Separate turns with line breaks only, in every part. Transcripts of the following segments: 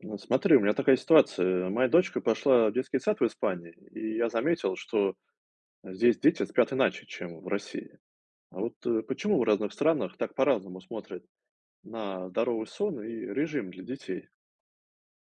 Ну, смотри, у меня такая ситуация. Моя дочка пошла в детский сад в Испании, и я заметил, что здесь дети спят иначе, чем в России. А вот почему в разных странах так по-разному смотрят на здоровый сон и режим для детей?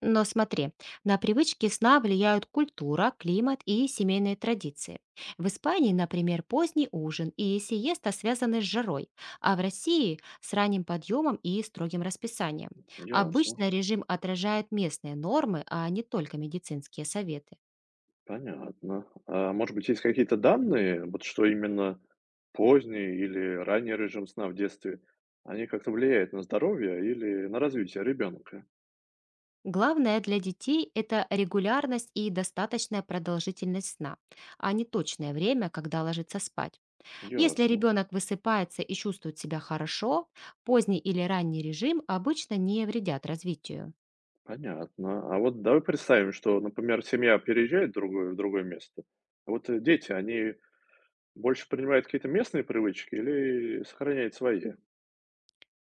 Но смотри, на привычки сна влияют культура, климат и семейные традиции. В Испании, например, поздний ужин и сиеста связаны с жарой, а в России– с ранним подъемом и строгим расписанием.
Ясно,
Обычно режим отражает местные нормы, а не только медицинские советы.
понятно. А может быть, есть какие-то данные, вот что именно поздний или ранний режим сна в детстве, они как-то влияют на здоровье или на развитие ребенка?
Главное для детей– это регулярность и достаточная продолжительность сна, а не точное время, когда ложиться спать. Если
Ясно.
ребенок высыпается и чувствует себя хорошо, поздний или ранний режим обычно не вредят развитию.
Понятно. А вот давай представим, что, например, семья переезжает в другое место. А вот дети, они больше принимают какие-то местные привычки или сохраняют свои?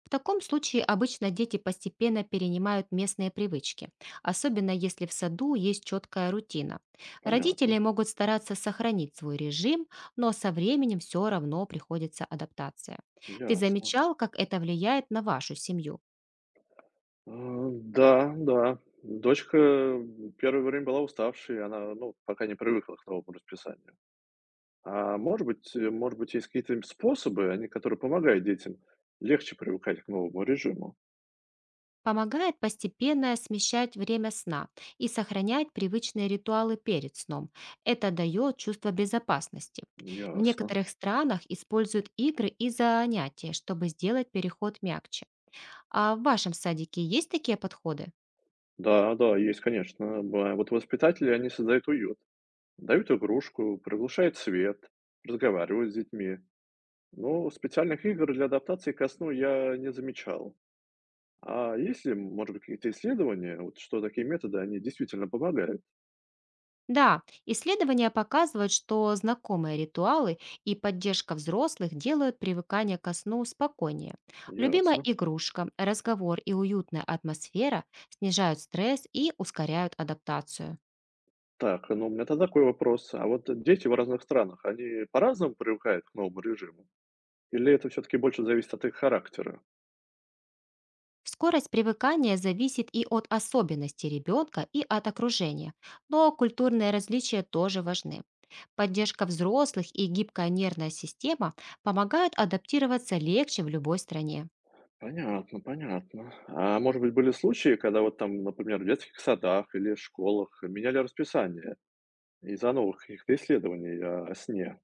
В таком случае обычно дети постепенно перенимают местные привычки, особенно если в саду есть четкая рутина.
Понятно,
Родители могут стараться сохранить свой режим, но со временем все равно приходится адаптация. Ты
ясно.
замечал, как это влияет на вашу семью?
А, да, да. Дочка первое время была уставшей, она, ну, пока не привыкла к новому расписанию. А может быть, может быть, есть какие-то способы, они, которые помогают детям легче привыкать к новому режиму?
Помогает постепенно смещать время сна и сохранять привычные ритуалы перед сном. Это дает чувство безопасности. В
Ясно.
некоторых странах используют игры и занятия, чтобы сделать переход мягче. А в вашем садике есть такие подходы?
Да, да, есть, конечно. Бывает. Вот воспитатели, они создают уют. Дают игрушку, приглушают свет, разговаривают с детьми. Но специальных игр для адаптации ко сну я не замечал. А есть ли, может быть, какие-то исследования, вот, что такие методы, они действительно помогают?
Да, исследования показывают, что знакомые ритуалы и поддержка взрослых делают привыкание ко сну спокойнее. Любимая
Ясно.
игрушка, разговор и уютная атмосфера снижают стресс и ускоряют адаптацию.
Так, ну у меня тогда такой вопрос. А вот дети в разных странах, они по-разному привыкают к новому режиму? Или это все-таки больше зависит от их характера?
Скорость привыкания зависит и от особенностей ребенка, и от окружения, но культурные различия тоже важны. Поддержка взрослых и гибкая нервная система помогают адаптироваться легче в любой стране.
Понятно, понятно. А может быть, были случаи, когда вот там, например, в детских садах или школах меняли расписание? Из-за новых каких-то исследований о сне.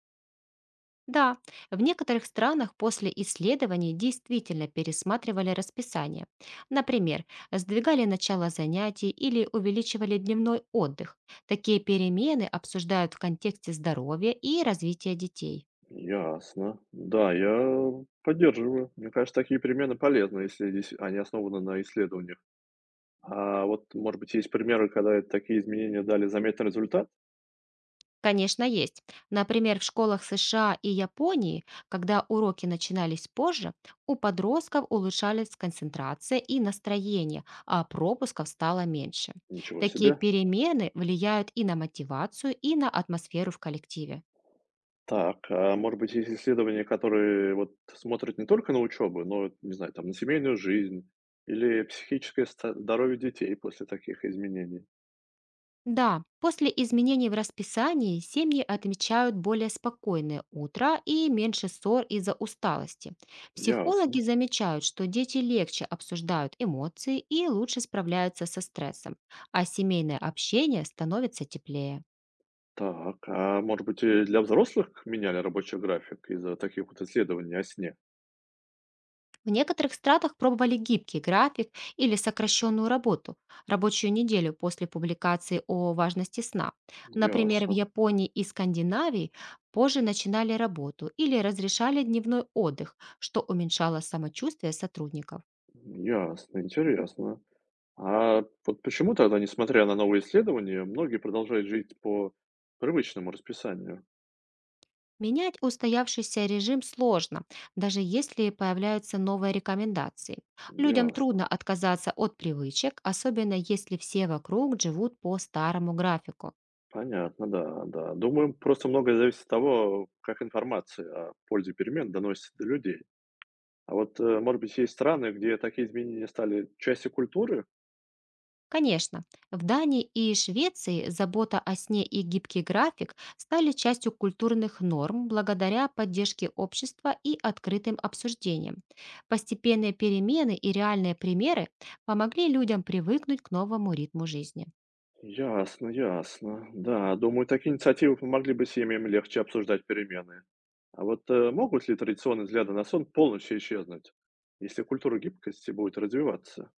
Да, в некоторых странах после исследований действительно пересматривали расписание. Например, сдвигали начало занятий или увеличивали дневной отдых. Такие перемены обсуждают в контексте здоровья и развития детей.
Ясно. Да, я поддерживаю. Мне кажется, такие примены полезны, если здесь они основаны на исследованиях. А вот, может быть, есть примеры, когда такие изменения дали заметный результат?
Конечно, есть. Например, в школах США и Японии, когда уроки начинались позже, у подростков улучшались концентрация и настроение, а пропусков стало меньше.
Ничего
Такие
себе.
перемены влияют и на мотивацию, и на атмосферу в коллективе.
Так, а может быть, есть исследования, которые вот смотрят не только на учебу, но, не знаю, там, на семейную жизнь или психическое здоровье детей после таких изменений?
Да, после изменений в расписании семьи отмечают более спокойное утро и меньше ссор из-за усталости. Психологи
Ясно.
замечают, что дети легче обсуждают эмоции и лучше справляются со стрессом, а семейное общение становится теплее.
Так, а может быть, и для взрослых меняли рабочий график из-за таких вот исследований о сне?
В некоторых стратах пробовали гибкий график или сокращенную работу, рабочую неделю после публикации о важности сна. Например, в
Ясно,
Японии и Скандинавии позже начинали работу или разрешали дневной отдых, что уменьшало самочувствие сотрудников.
ясно, интересно. А вот почему тогда, несмотря на новые исследования, многие продолжают жить по привычному расписанию?
Менять устоявшийся режим сложно, даже если появляются новые рекомендации. Людям
Ясно,
трудно отказаться от привычек, особенно если все вокруг живут по старому графику.
понятно, да, да. Думаю, просто многое зависит от того, как информация о пользе перемен доносится до людей. А вот, может быть, есть страны, где такие изменения стали частью культуры?
Конечно, в Дании и Швеции забота о сне и гибкий график стали частью культурных норм благодаря поддержке общества и открытым обсуждениям. Постепенные перемены и реальные примеры помогли людям привыкнуть к новому ритму жизни.
Ясно, ясно. Да, думаю, такие инициативы помогли бы семьям легче обсуждать перемены. А вот могут ли традиционные взгляды на сон полностью исчезнуть, если культура гибкости будет развиваться?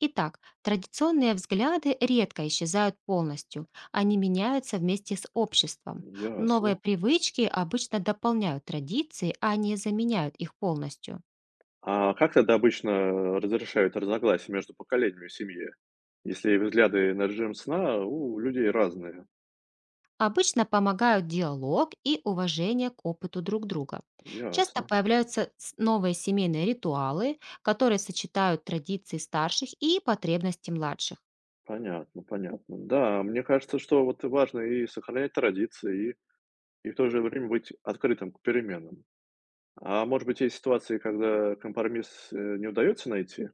Итак, традиционные взгляды редко исчезают полностью, они меняются вместе с обществом. Новые
Ясно.
привычки обычно дополняют традиции, а не заменяют их полностью.
А как тогда обычно разрешают разногласия между поколениями в семье, если взгляды на режим сна у людей разные?
Обычно помогают диалог и уважение к опыту друг друга. Часто
Ясно.
появляются новые семейные ритуалы, которые сочетают традиции старших и потребности младших.
Понятно, понятно. Да, мне кажется, что вот важно и сохранять традиции, и в то же время быть открытым к переменам. А может быть, есть ситуации, когда компромисс, не удается найти?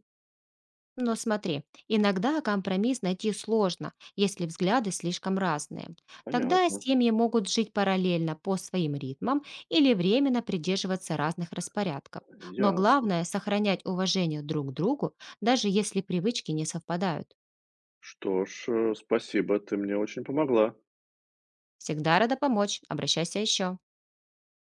Но смотри, иногда компромисс найти сложно, если взгляды слишком разные. Тогда
Понятно,
семьи могут жить параллельно по своим ритмам или временно придерживаться разных распорядков. Но
ясно.
главное– сохранять уважение друг к другу, даже если привычки не совпадают.
Что ж, спасибо, ты мне очень помогла.
Всегда рада помочь. Обращайся еще.